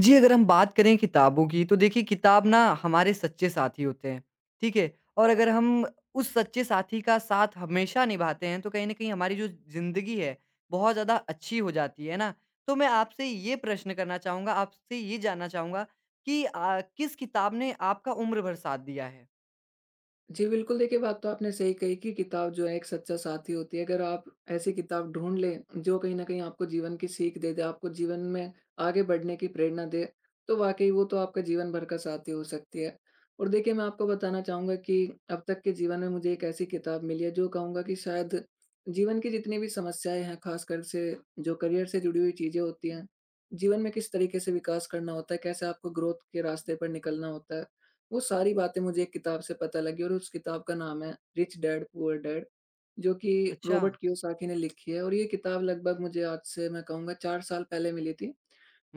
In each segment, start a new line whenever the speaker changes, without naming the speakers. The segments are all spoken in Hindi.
जी, अगर हम बात करें किताबों की तो देखिए किताब ना हमारे सच्चे साथी होते हैं, ठीक है? और अगर हम उस सच्चे साथी का साथ हमेशा निभाते हैं तो कहीं न कहीं हमारी जो ज़िंदगी है बहुत ज़्यादा अच्छी हो जाती है ना? तो मैं आपसे ये प्रश्न करना चाहूँगा, आपसे ये जानना चाहूँगा कि किस किताब ने आपका उम्र भर साथ दिया है?
जी, बिल्कुल देखिए, बात तो आपने सही कही कि किताब जो है एक सच्चा साथी होती है। अगर आप ऐसी किताब ढूँढ लें जो कहीं न कहीं आपको जीवन की सीख दे दे, आपको जीवन में आगे बढ़ने की प्रेरणा दे, तो वाक़ई वो तो आपका जीवन भर का साथी हो सकती है। और देखिए, मैं आपको बताना चाहूँगा कि अब तक के जीवन में मुझे एक ऐसी किताब मिली है, जो कहूँगा कि शायद जीवन की जितनी भी समस्याएँ हैं, ख़ासकर से जो करियर से जुड़ी हुई चीज़ें होती हैं, जीवन में किस तरीके से विकास करना होता है, कैसे आपको ग्रोथ के रास्ते पर निकलना होता है। वो सारी बातें मुझे एक किताब से पता लगी और उस किताब का नाम है रिच डैड पुअर डैड, जो कि
अच्छा।
रॉबर्ट कियोसाकी ने लिखी है, और ये किताब लगभग मुझे आज से मैं कहूँगा 4 साल पहले मिली थी।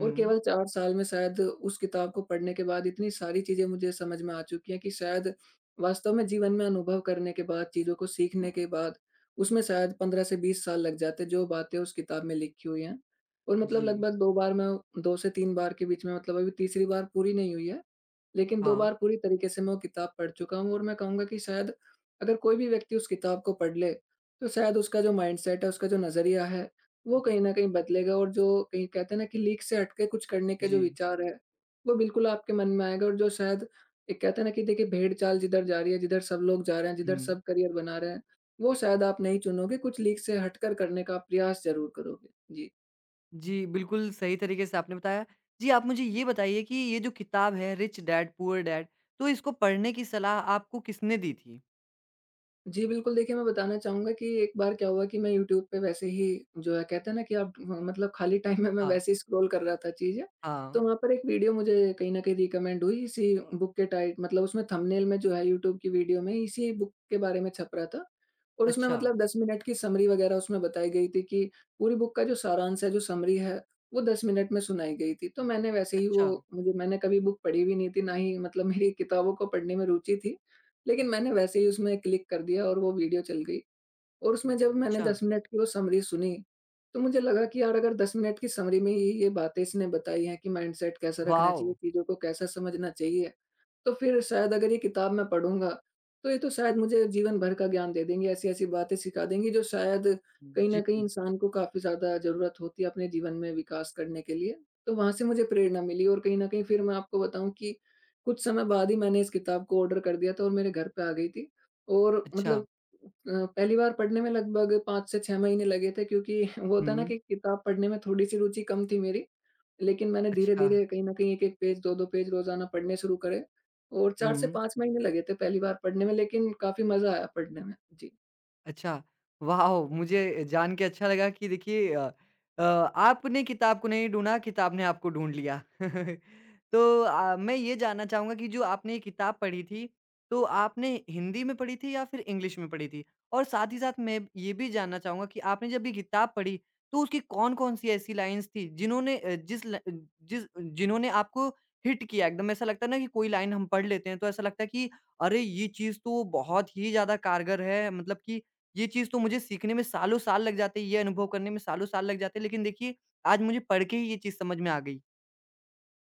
और केवल 4 साल में शायद उस किताब को पढ़ने के बाद इतनी सारी चीज़ें मुझे समझ में आ चुकी हैं कि शायद वास्तव में जीवन में अनुभव करने के बाद, चीज़ों को सीखने के बाद उसमें शायद 15 से 20 साल लग जाते जो बातें उस किताब में लिखी हुई हैं। और मतलब
जी।
लगभग 2 बार मैं, 2 से 3 बार के बीच में, मतलब अभी तीसरी बार पूरी नहीं हुई है। लेकिन 2
हाँ।
बार पूरी तरीके से मैं वो किताब पढ़ चुका हूँ, और मैं कहूँगा कि शायद अगर कोई भी व्यक्ति उस किताब को पढ़ ले, तो शायद उसका जो माइंडसेट है, उसका जो नज़रिया है, वो कहीं न कहीं बदलेगा। और जो कहीं कहते हैं ना कि लीक से हट के कुछ करने के जो
जी।
विचार है, वो बिल्कुल आपके मन में आएगा। और जो शायद एक कहते हैं ना कि देखिए, भेड़-चाल जिधर जा रही है, जिधर सब लोग जा रहे हैं,
हुँ।
जिधर सब करियर बना रहे हैं, वो शायद आप नहीं चुनोगे, कुछ लीक से हटकर करने का आप प्रयास ज़रूर करोगे। जी।
जी, बिल्कुल सही तरीके से आपने बताया। जी, आप मुझे ये बताइए कि ये जो किताब है रिच डैड पुअर डैड, तो इसको पढ़ने की सलाह आपको किसने दी थी?
जी, बिल्कुल देखिए, मैं बताना चाहूँगा कि एक बार क्या हुआ कि मैं यूट्यूब पे वैसे ही, जो है कहते हैं ना कि आप मतलब खाली टाइम में, मैं
हाँ,
वैसे ही स्क्रॉल कर रहा था चीज़ें,
हाँ।
तो वहाँ पर एक वीडियो मुझे कहीं न कहीं रिकमेंड हुई इसी बुक के, टाइ मतलब उसमें थंबनेल में जो है यूट्यूब की वीडियो में इसी बुक के बारे में छप रहा था। और उसमें
अच्छा,
मतलब 10 मिनट की समरी वगैरह उसमें बताई गई थी कि पूरी बुक का जो सारांश है, जो समरी है, वो 10 मिनट में सुनाई गई थी। तो मैंने वैसे ही वो
अच्छा,
मुझे मैंने कभी बुक पढ़ी भी नहीं थी, ना ही मतलब मेरी किताबों को पढ़ने में रुचि थी। लेकिन मैंने वैसे ही उसमें क्लिक कर दिया और वो वीडियो चल गई, और उसमें जब मैंने
अच्छा।
10 मिनट की वो समरी सुनी, तो मुझे लगा कि यार, अगर 10 मिनट की समरी में ये बातें इसने बताई हैं कि माइंडसेट कैसा रखना
वॉव!
चाहिए, चीज़ों को कैसा समझना चाहिए, तो फिर शायद अगर ये किताब मैं पढ़ूँगा, तो ये तो शायद मुझे जीवन भर का ज्ञान दे देंगी, ऐसी-ऐसी बातें सिखा देंगी जो शायद कहीं
जी,
न कहीं इंसान को काफ़ी ज़्यादा ज़रूरत होती है अपने जीवन में विकास करने के लिए। तो वहाँ से मुझे प्रेरणा मिली, और कहीं न कहीं फिर मैं आपको बताऊँ कि कुछ समय बाद ही मैंने इस किताब को ऑर्डर कर दिया था और मेरे घर पे आ गई थी। और
अच्छा।
मतलब पहली बार पढ़ने में लगभग 5 से 6 महीने लगे थे, क्योंकि वो होता है ना
हुँ,
कि किताब पढ़ने में थोड़ी-सी रुचि कम थी मेरी, लेकिन मैंने
अच्छा।
धीरे-धीरे कहीं न कहीं 1-1 पेज, 2-2 पेज रोज़ाना पढ़ने शुरू करे। और 4 से
हुँ।
5 महीने लगे थे पहली बार पढ़ने में, लेकिन काफ़ी मज़ा आया पढ़ने में। जी।
अच्छा, वॉव! मुझे जान के अच्छा लगा कि देखिए अ, आपने किताब को नहीं ढूँढा, किताब ने आपको ढूँढ लिया। तो मैं ये जानना चाहूँगा कि जो आपने ये किताब पढ़ी थी, तो आपने हिंदी में पढ़ी थी या फिर इंग्लिश में पढ़ी थी? और साथ ही साथ मैं ये भी जानना चाहूँगा कि आपने जब ये किताब पढ़ी, तो उसकी कौन-कौन सी ऐसी लाइन्स थी जिन्होंने अ, जिस ल जिस जिन्होंने आपको हिट किया एकदम? ऐसा लगता है ना कि कोई लाइन हम पढ़ लेते हैं, तो ऐसा लगता है कि अरे! ये चीज़ तो बहुत ही ज़्यादा कारगर है, मतलब कि ये चीज़ तो मुझे सीखने में सालों-साल लग जाते, ये अनुभव करने में सालों-साल लग जाते, लेकिन देखिए आज मुझे पढ़ के ही ये चीज़ समझ में आ गई।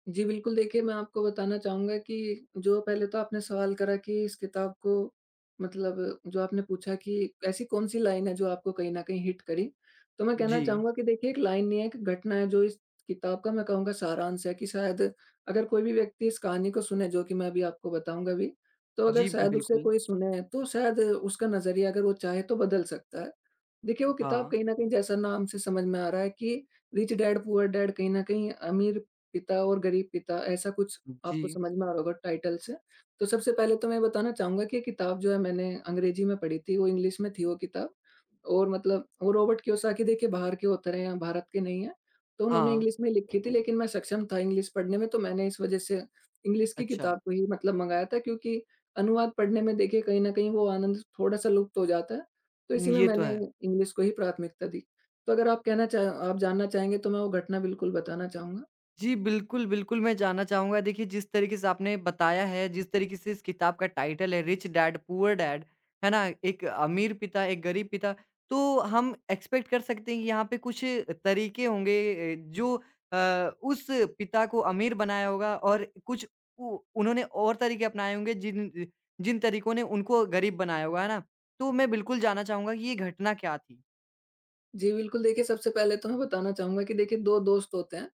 जी, बिल्कुल देखिए, मैं आपको बताना चाहूँगा कि जो पहले तो आपने सवाल करा कि इस किताब को, मतलब जो आपने पूछा कि ऐसी कौन-सी लाइन है जो आपको कहीं न कहीं हिट करी? तो मैं कहना
जी।
चाहूँगा कि देखिए, एक लाइन नहीं है, एक घटना है जो इस किताब का मैं कहूँगा सारांश है कि शायद अगर कोई भी व्यक्ति इस कहानी को सुने, जो कि मैं अभी आपको बताऊँगा भी, तो अगर
जी,
शायद उसे
बिल्कुल।
कोई सुने तो शायद उसका नज़रिया, अगर वो चाहे, तो बदल सकता है। देखिए, वो किताब
हाँ।
कहीं न कहीं जैसा नाम से समझ में आ रहा है कि रिच डैड पुअर डैड, कहीं न कहीं अमीर पिता और गरीब पिता, ऐसा कुछ
जी।
आपको समझ में आ रहा होगा टाइटल से। तो सबसे पहले तो मैं बताना चाहूँगा कि ये किताब जो है मैंने अंग्रेजी में पढ़ी थी, वो इंग्लिश में थी वो किताब, और मतलब वो रॉबर्ट कियोसाकी देखिए बाहर के ऑथर हैं, भारत के नहीं हैं। तो उन्होंने
हाँ।
इंग्लिश में लिखी थी, लेकिन मैं सक्षम था इंग्लिश पढ़ने में, तो मैंने इस वज़ह से इंग्लिश की
अच्छा।
किताब को ही मतलब मँगाया था, क्योंकि अनुवाद पढ़ने में देखिए कहीं न कहीं वो आनंद थोड़ा-सा लुप्त हो जाता है। तो इसी में
ये तो
मैंने
है।
इंग्लिश को ही प्राथमिकता दी। तो अगर आप कहना चाह आप जानना चाहेंगे, तो मैं वो घटना बिल्कुल बताना चाहूँगा।
जी, बिल्कुल, बिल्कुल, मैं जानना चाहूँगा देखिए जिस तरीके से आपने बताया है, जिस तरीके से इस किताब का टाइटल है रिच डैड पुअर डैड, है ना? एक अमीर पिता, एक गरीब पिता, तो हम एक्सपेक्ट कर सकते हैं कि यहाँ पे कुछ तरीके होंगे ए, जो अ, उस पिता को अमीर बनाया होगा और कुछ उ उन्होंने और तरीके अपनाए होंगे जिन तरीकों ने उनको गरीब बनाया होगा, है ना? तो मैं बिल्कुल जानना चाहूँगा कि ये घटना क्या थी?
जी, बिल्कुल देखिए, सबसे पहले तो मैं बताना चाहूँगा कि देखिए 2 दोस्त होते हैं,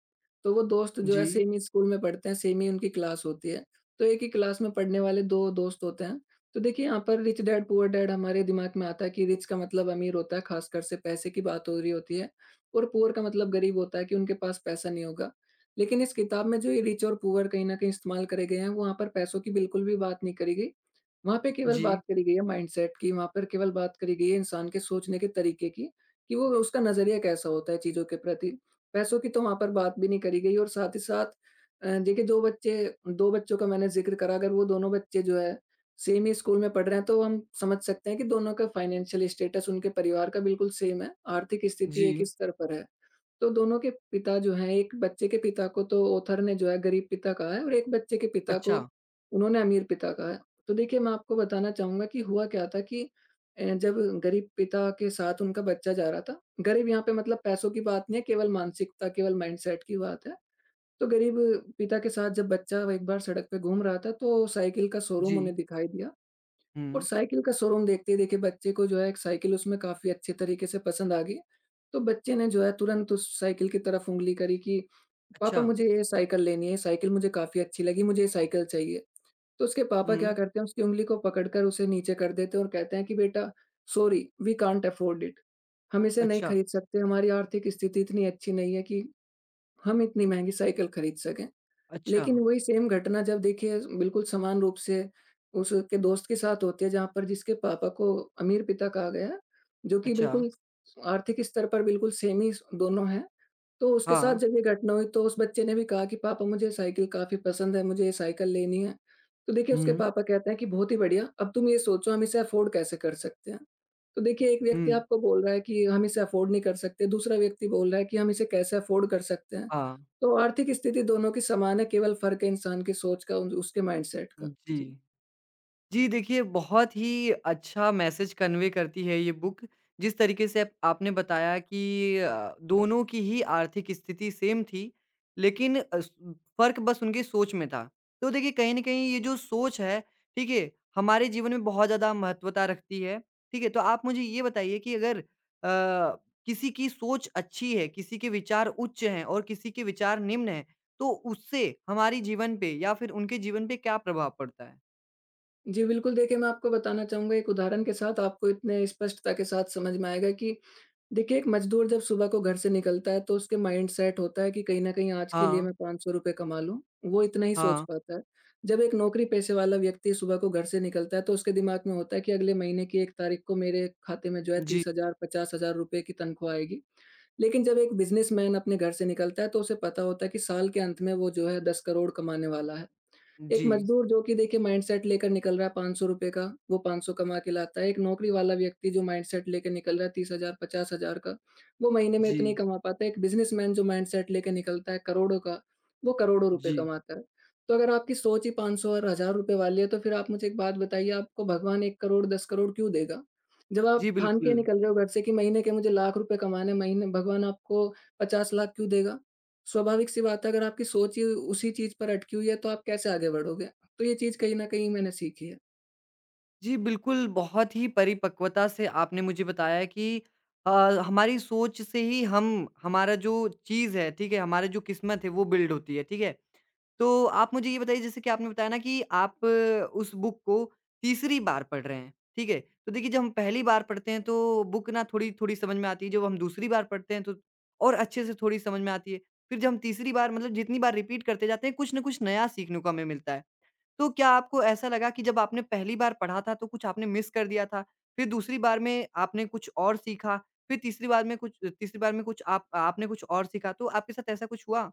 तो वो दोस्त जो है
जी,
सेम ही स्कूल में पढ़ते हैं, सेम ही उनकी क्लास होती है। तो एक ही क्लास में पढ़ने वाले 2 दोस्त होते हैं। तो देखिए, यहाँ पर रिच डैड पुअर डैड हमारे दिमाग में आता है कि रिच का मतलब अमीर होता है, ख़ासकर से पैसे की बात हो रही होती है, और पुअर का मतलब गरीब होता है कि उनके पास पैसा नहीं होगा। लेकिन इस किताब में जो ये रिच और पुअर कहीं न कहीं इस्तेमाल करे गए हैं, वहाँ पर पैसों की बिल्कुल भी बात नहीं करी गई। वहाँ पे केवल बात
जी,
करी गई है माइंडसेट की, वहाँ पर केवल बात करी गई है इंसान के सोचने के तरीके की। कि वो उसका नज़रिया कैसा होता है चीज़ों के प्रति। पैसों की तो वहाँ पर बात भी नहीं करी गई, और साथ ही साथ देखिए 2 बच्चे, 2 बच्चों का मैंने ज़िक्र करा, अगर वो दोनों बच्चे जो है सेम ही स्कूल में पढ़ रहे हैं, तो हम समझ सकते हैं कि दोनों का फाइनेंशियल स्टेटस, उनके परिवार का, बिल्कुल सेम है, आर्थिक स्थिति एक
जी,
ही स्तर पर है। तो दोनों के पिता जो हैं, एक बच्चे के पिता को तो ऑथर ने जो है गरीब पिता कहा है, और एक बच्चे के पिता को
अच्छा,
उन्होंने अमीर पिता कहा है। तो देखिए, मैं आपको बताना चाहूँगा कि हुआ क्या था कि जब गरीब पिता के साथ उनका बच्चा जा रहा था, गरीब यहाँ पे मतलब पैसों की बात नहीं है, केवल मानसिकता, केवल माइंडसेट की बात है। तो गरीब पिता के साथ जब बच्चा एक बार सड़क पे घूम रहा था, तो साइकिल का शोरूम उन्हें
जी,
दिखाई दिया, और
हुँ,
साइकिल का शोरूम देखते ही देखिए बच्चे को जो है एक साइकिल उसमें काफ़ी अच्छे तरीके से पसंद आ गई। तो बच्चे ने जो है तुरंत उस साइकिल की तरफ उँगली करी कि
अच्छा,
पापा, मुझे ये साइकिल लेनी है, ये साइकिल मुझे काफ़ी अच्छी लगी, मुझे ये साइकिल चाहिए। तो उसके
हुँ।
पापा क्या करते हैं, उसकी उँगली को पकड़कर उसे नीचे कर देते हैं और कहते हैं कि बेटा, sorry we can't afford it, हम इसे नहीं
अच्छा,
खरीद सकते, हमारी आर्थिक स्थिति इतनी अच्छी नहीं है कि हम इतनी महँगी साइकिल खरीद सकें।
अच्छा,
लेकिन वही सेम घटना जब देखिए बिल्कुल समान रूप से उसके दोस्त के साथ होती है, जहाँ पर जिसके पापा को अमीर पिता कहा गया, जो कि
अच्छा।
बिल्कुल आर्थिक स्तर पर बिल्कुल सेम ही स दोनों हैं। तो उसके साथ
हाँ।
जब ये घटना हुई, तो उस बच्चे ने भी कहा कि पापा, मुझे साइकिल काफ़ी पसंद है, मुझे ये साइकिल लेनी है। तो देखिए, उसके
हुँ,
पापा कहते हैं कि बहुत ही बढ़िया, अब तुम ये सोचो हम इसे अफ़ोर्ड कैसे कर सकते हैं? तो देखिए एक व्यक्ति
हुँ।
आपको बोल रहा है कि हम इसे अफ़ोर्ड नहीं कर सकते, दूसरा व्यक्ति बोल रहा है कि हम इसे कैसे अफ़ोर्ड कर सकते हैं।
हाँ,
तो आर्थिक स्थिति दोनों की समान है, केवल फ़र्क है इंसान की सोच का, उन उसके माइंडसेट का। जी।
जी। जी, देखिए बहुत ही अच्छा मैसेज कन्वे करती है ये बुक, जिस तरीके से अप आपने बताया कि दोनों की ही आर्थिक स्थिति सेम थी, लेकिन अस फ़र्क बस उनकी सोच में था। तो देखिए कहीं न कहीं ये जो सोच है, ठीक है? हमारे जीवन में बहुत ज़्यादा महत्वता रखती है, ठीक है? तो आप मुझे ये बताइए कि अगर किसी की सोच अच्छी है, किसी के विचार उच्च हैं और किसी के विचार निम्न हैं, तो उससे हमारी जीवन पे या फिर उनके जीवन पे क्या प्रभाव पड़ता है?
जी बिल्कुल, देखिए मैं आपको बताना चाहूँगा, एक उदाहरण के साथ आपको इतने स्पष्टता के साथ समझ में आएगा कि देखिए, एक मज़दूर जब सुबह को घर से निकलता है, तो उसके माइंडसेट होता है कि कहीं न कहीं आज के लिए
हाँ।
मैं ₹500 कमा लूँ, वो इतना ही सोच
हाँ,
पाता है। जब एक नौकरी पेशे वाला व्यक्ति सुबह को घर से निकलता है, तो उसके दिमाग में होता है कि अगले महीने की 1 तारीख को मेरे खाते में जो है
जी,
30,000 ₹50,000 की तनख्वाह आएगी। लेकिन जब एक बिज़नेसमैन अपने घर से निकलता है, तो उसे पता होता है कि साल के अंत में वो जो है 10 करोड़ कमाने वाला है। एक
जी,
मज़दूर जो कि देखिए माइंडसेट लेकर निकल रहा है ₹500 का, वो 500 कमा के लाता है। एक नौकरी वाला व्यक्ति जो माइंडसेट लेके निकल रहा है 30,000 50,000 का, वो महीने में इतने ही
जी,
कमा पाता है। एक बिज़नेसमैन जो माइंडसेट लेके निकलता है करोड़ों का, वो करोड़ों रुपए
जी,
कमाता है। तो अगर आपकी सोच ही 500 और हज़ार रुपए वाली है, तो फिर आप मुझे एक बात बताइए, आपको भगवान 1 करोड़ 10 करोड़ क्यों देगा? जब आप
जी,
ठान के
बिल्कुल।
निकल रहे हो घर से कि महीने के मुझे लाख रुपए कमाने हैं, महीने भगवान आपको 50 लाख क्यों देगा? स्वाभाविक सी बात है, अगर आपकी सोच ही उसी चीज़ पर अटकी हुई है तो आप कैसे आगे बढ़ोगे? तो ये चीज़ कहीं न कहीं मैंने सीखी है।
जी, बिल्कुल, बहुत ही परिपक्वता से आपने मुझे बताया कि अ, हमारी सोच से ही हम हमारा जो चीज़ है, ठीक है? हमारी जो किस्मत है, वो बिल्ड होती है, ठीक है? तो आप मुझे ये बताइए जैसे कि आपने बताया ना कि आप उस बुक को तीसरी बार पढ़ रहे हैं, ठीक है? तो देखिए जब हम पहली बार पढ़ते हैं तो बुक ना थोड़ी-थोड़ी समझ में आती है, जब हम दूसरी बार पढ़ते हैं तो और अच्छे से थोड़ी समझ में आती है। फिर जब हम तीसरी बार मतलब जितनी बार रिपीट करते जाते हैं कुछ न कुछ नया सीखने को हमें मिलता है। तो क्या आपको ऐसा लगा कि जब आपने पहली बार पढ़ा था तो कुछ आपने मिस कर दिया था, फिर दूसरी बार में आपने कुछ और सीखा, फिर तीसरी बार में कुछ तीसरी बार में कुछ आप आपने कुछ और सीखा, तो आपके साथ ऐसा कुछ हुआ?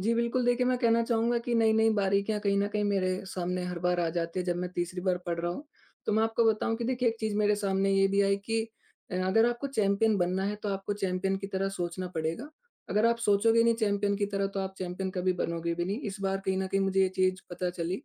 जी बिल्कुल, देखिए मैं कहना चाहूँगा कि नई-नई बारीकियाँ कहीं न कहीं मेरे सामने हर बार आ जाती है जब मैं तीसरी बार पढ़ रहा हूँ। तो मैं आपको बताऊँ कि देखिए एक चीज़ मेरे सामने ये भी आई कि अगर आपको चैंपियन बनना है तो आपको चैंपियन की तरह सोचना पड़ेगा। अगर आप सोचोगे नहीं चैंपियन की तरह तो आप चैंपियन कभी बनोगे भी नहीं। इस बार कहीं न कहीं मुझे ये चीज़ पता चली।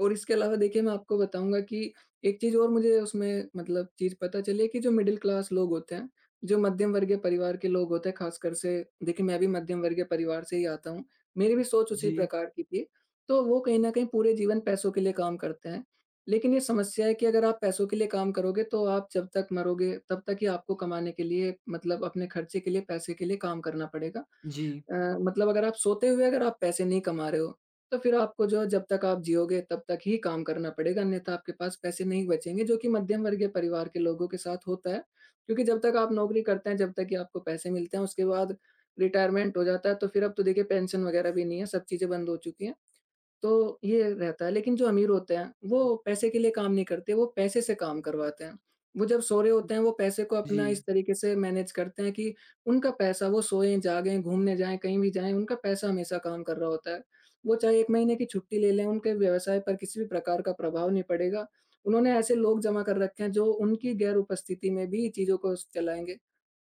और इसके अलावा देखिए मैं आपको बताऊँगा कि एक चीज़ और मुझे उसमें मतलब चीज़ पता चली है कि जो मिडल क्लास लोग होते हैं, जो मध्यम वर्गीय परिवार के लोग होते हैं ख़ासकर से, देखिए मैं भी मध्यम वर्गीय परिवार से ही आता हूँ, मेरी भी सोच उसी
जी,
प्रकार की थी। तो वो कहीं न कहीं पूरे जीवन पैसों के लिए काम करते हैं। लेकिन ये समस्या है कि अगर आप पैसों के लिए काम करोगे तो आप जब तक मरोगे तब तक ही आपको कमाने के लिए, मतलब अपने खर्चे के लिए, पैसे के लिए काम करना पड़ेगा।
जी,
मतलब अगर आप सोते हुए अगर आप पैसे नहीं कमा रहे हो तो फिर आपको जो है जब तक आप जियोगे तब तक ही काम करना पड़ेगा, अन्यथा आपके पास पैसे नहीं बचेंगे, जो कि मध्यम वर्गीय परिवार के लोगों के साथ होता है। क्योंकि जब तक आप नौकरी करते हैं, जब तक कि आपको पैसे मिलते हैं, उसके बाद रिटायरमेंट हो जाता है, तो फिर अब तो देखिए पेंशन वगैरह भी नहीं है, सब चीज़ें बंद हो चुकी हैं। तो ये रहता है, लेकिन जो अमीर होते हैं, वो पैसे के लिए काम नहीं करते, वो पैसे से काम करवाते हैं। वो जब सो रहे होते हैं, वो पैसे को
जी।
अपना इस तरीके से मैनेज करते हैं कि उनका पैसा, वो सोएँ, जागें, घूमने जाएँ, कहीं भी जाएँ, उनका पैसा हमेशा काम कर रहा होता है। वो चाहे 1 महीने की छुट्टी ले लें, उनके व्यवसाय पर किसी भी प्रकार का प्रभाव नहीं पड़ेगा। उन्होंने ऐसे लोग जमा कर रखे हैं, जो उनकी गैर उपस्थिति में भी चीज़ों को स चलाएँगे।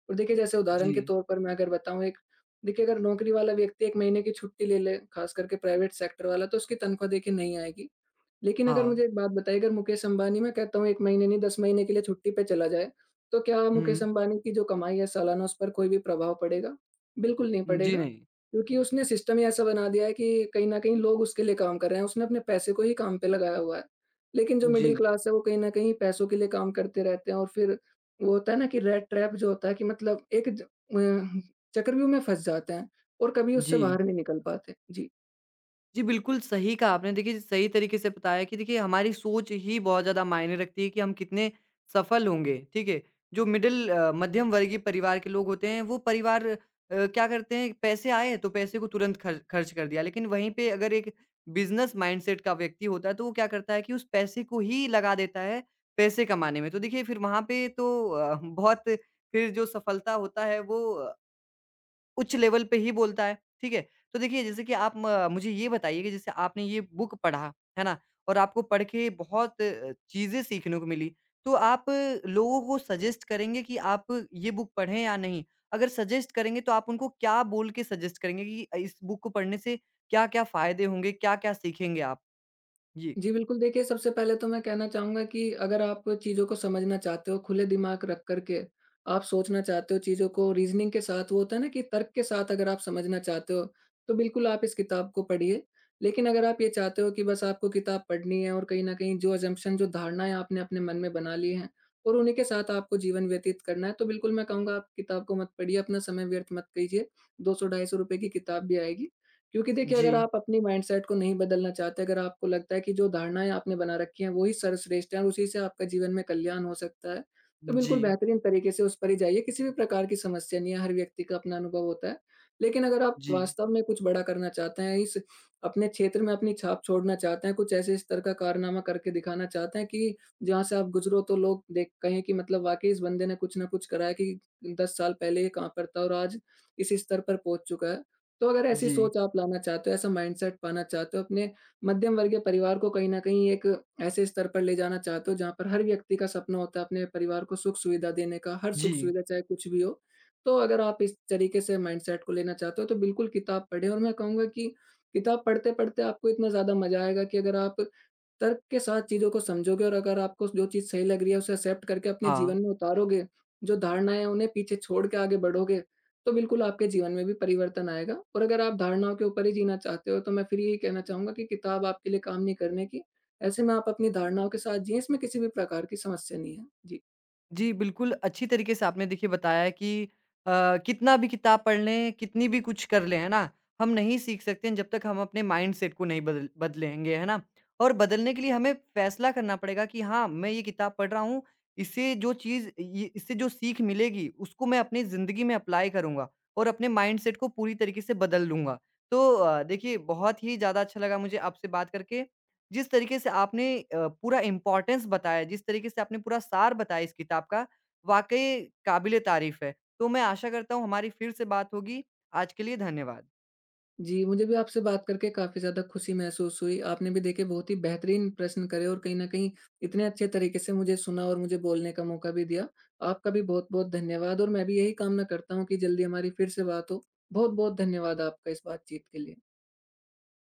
और देखिए, जैसे उदाहरण के
जी,
तौर पर मैं अगर बताऊँ, एक देखिए, अगर नौकरी वाला व्यक्ति 1 महीने की छुट्टी ले ले, ख़ास करके प्राइवेट सेक्टर वाला, तो उसकी तनख्वाह देखिए नहीं आएगी। लेकिन अगर
हाँ।
मुझे एक बात बताइए, अगर मुकेश अंबानी, मैं कहता हूँ 1 महीने नहीं 10 महीने के लिए छुट्टी पे चला जाए, तो क्या मुकेश
हुँ,
अंबानी की जो कमाई है सालाना, उस पर कोई भी प्रभाव पड़ेगा? बिल्कुल नहीं
जी
पड़ेगा,
नहीं।
क्योंकि उसने सिस्टम ही ऐसा बना दिया है कि कहीं न कहीं लोग उसके लिए काम कर रहे हैं, उसने अपने पैसे को ही काम पे लगाया हुआ है। लेकिन जो
जी,
मिडल क्लास है वो कहीं न कहीं पैसों के लिए काम करते रहते हैं और फिर वो होता है ना कि रेट ट्रैप जो होता है कि मतलब चक्रव्यूह में फँस जाते हैं और कभी उससे
जी।
बाहर नहीं निकल पाते। जी।
जी, बिल्कुल सही कहा आपने। देखिए, सही तरीके से बताया कि देखिए हमारी सोच ही बहुत ज़्यादा मायने रखती है कि हम कितने सफल होंगे, ठीक है? जो मध्यम वर्गीय परिवार के लोग होते हैं, वो क्या करते हैं, पैसे आए तो पैसे को तुरंत खर्च खर्च कर दिया। लेकिन वहीं पे अगर एक बिज़नेस माइंडसेट का व्यक्ति होता है, तो वो क्या करता है कि उस पैसे को ही लगा देता है पैसे कमाने में। तो देखिए फिर वहाँ पे तो अ, बहुत फिर जो सफलता होता है वो उच्च लेवल पे ही बोलता है, ठीक है? तो देखिए जैसे कि आप म मुझे ये बताइए कि जैसे आपने ये बुक पढ़ा, है ना? और आपको पढ़ के बहुत चीज़ें सीखने को मिली, तो आप लोगों को सजेस्ट करेंगे कि आप ये बुक पढ़ें या नहीं? अगर सजेस्ट करेंगे तो आप उनको क्या बोल के सजेस्ट करेंगे कि इस बुक को पढ़ने से क्या-क्या फ़ायदे होंगे, क्या-क्या सीखेंगे आप? जी।
जी, बिल्कुल। देखिए, सबसे पहले तो मैं कहना चाहूँगा कि अगर आप चीज़ों को समझना चाहते हो, खुले दिमाग रख कर के आप सोचना चाहते हो, चीज़ों को रीज़निंग के साथ, वो होता है ना कि तर्क के साथ, अगर आप समझना चाहते हो, तो बिल्कुल आप इस किताब को पढ़िए। लेकिन अगर आप ये चाहते हो कि बस आपको किताब पढ़नी है और कहीं न कहीं जो असम्पशन, जो धारणाएँ आपने अपने मन में बना ली हैं और उन्हीं के साथ आपको जीवन व्यतीत करना है, तो बिल्कुल मैं कहूँगा आप किताब को मत पढ़िए, अपना समय व्यर्थ मत कीजिए। 200 ₹250 की किताब भी आएगी। क्योंकि देखिए
जी।
अगर आप अपनी माइंडसेट को नहीं बदलना चाहते, अगर आपको लगता है कि जो धारणाएँ आपने बना रखी हैं वो ही सर्वश्रेष्ठ हैं और उसी से आपका जीवन में कल्याण हो सकता है, तो
जी।
बिल्कुल बेहतरीन तरीके से उस पर ही जाइए, किसी भी प्रकार की समस्या नहीं है, हर व्यक्ति का अपना अनुभव होता है। लेकिन अगर आप
जी।
वास्तव में कुछ बड़ा करना चाहते हैं, इस अपने क्षेत्र में अपनी छाप छोड़ना चाहते हैं, कुछ ऐसे स्तर का कारनामा करके दिखाना चाहते हैं कि जहाँ से आप गुज़रो तो लोग देख कहें कि मतलब वाक़ई इस बंदे ने कुछ ना कुछ करा है कि 10 साल पहले ये कहाँ पर था और आज इस स्तर पर पहुँच चुका है। तो अगर ऐसी
जी।
सोच आप लाना चाहते हो, ऐसा माइंडसेट पाना चाहते हो, अपने मध्यम वर्गीय परिवार को कहीं न कहीं एक ऐसे स्तर पर ले जाना चाहते हो, जहाँ पर हर व्यक्ति का सपना होता है अपने परिवार को सुख-सुविधा देने का, हर
जी।
सुख-सुविधा चाहे कुछ भी हो। तो अगर आप इस तरीके से माइंडसेट को लेना चाहते हो, तो बिल्कुल किताब पढ़ें और मैं कहूँगा कि किताब पढ़ते-पढ़ते आपको इतना ज़्यादा मज़ा आएगा कि अगर आप तर्क के साथ चीज़ों को समझोगे और अगर आपको जो चीज़ सही लग रही है उसे एक्सेप्ट करके अपने
हाँ।
जीवन में उतारोगे, जो धारणाएँ हैं उन्हें पीछे छोड़ के आगे बढ़ोगे, तो बिल्कुल आपके जीवन में भी परिवर्तन आएगा। और अगर आप धारणाओं के ऊपर ही जीना चाहते हो तो मैं फिर यही कहना चाहूँगा कि किताब आपके लिए काम नहीं करने की, ऐसे में आप अपनी धारणाओं के साथ जिएँ, इसमें किसी भी प्रकार की समस्या नहीं है। जी।
जी, बिल्कुल अच्छी तरीके से आपने देखिए बताया कि कितना भी किताब पढ़ लें, कितनी भी कुछ कर लें, है ना? हम नहीं सीख सकते हैं जब तक हम अपने माइंडसेट को नहीं बदलेंगे, है ना? और बदलने के लिए हमें फैसला करना पड़ेगा कि हाँ, मैं ये किताब पढ़ रहा हूँ, इससे जो चीज़ ये इससे जो सीख मिलेगी, उसको मैं अपनी ज़िंदगी में अप्लाई करूँगा और अपने माइंडसेट को पूरी तरीके से बदल लूँगा। तो देखिए बहुत ही ज़्यादा अच्छा लगा मुझे आपसे बात करके। जिस तरीके से आपने पूरा इम्पोर्टेंस बताया, जिस तरीके से आपने पूरा सार बताया इस किताब का, वाक़ई काबिल-ए-तारीफ़ है। तो मैं आशा करता हूँ हमारी फिर से बात होगी। आज के लिए धन्यवाद।
जी, मुझे भी आपसे बात करके काफ़ी ज़्यादा खुशी महसूस हुई। आपने भी देखिए बहुत ही बेहतरीन प्रश्न करे और कहीं न कहीं इतने अच्छे तरीके से मुझे सुना और मुझे बोलने का मौका भी दिया। आपका भी बहुत-बहुत धन्यवाद और मैं भी यही कामना करता हूँ कि जल्दी हमारी फिर से बात हो। बहुत-बहुत धन्यवाद आपका इस बातचीत के लिए।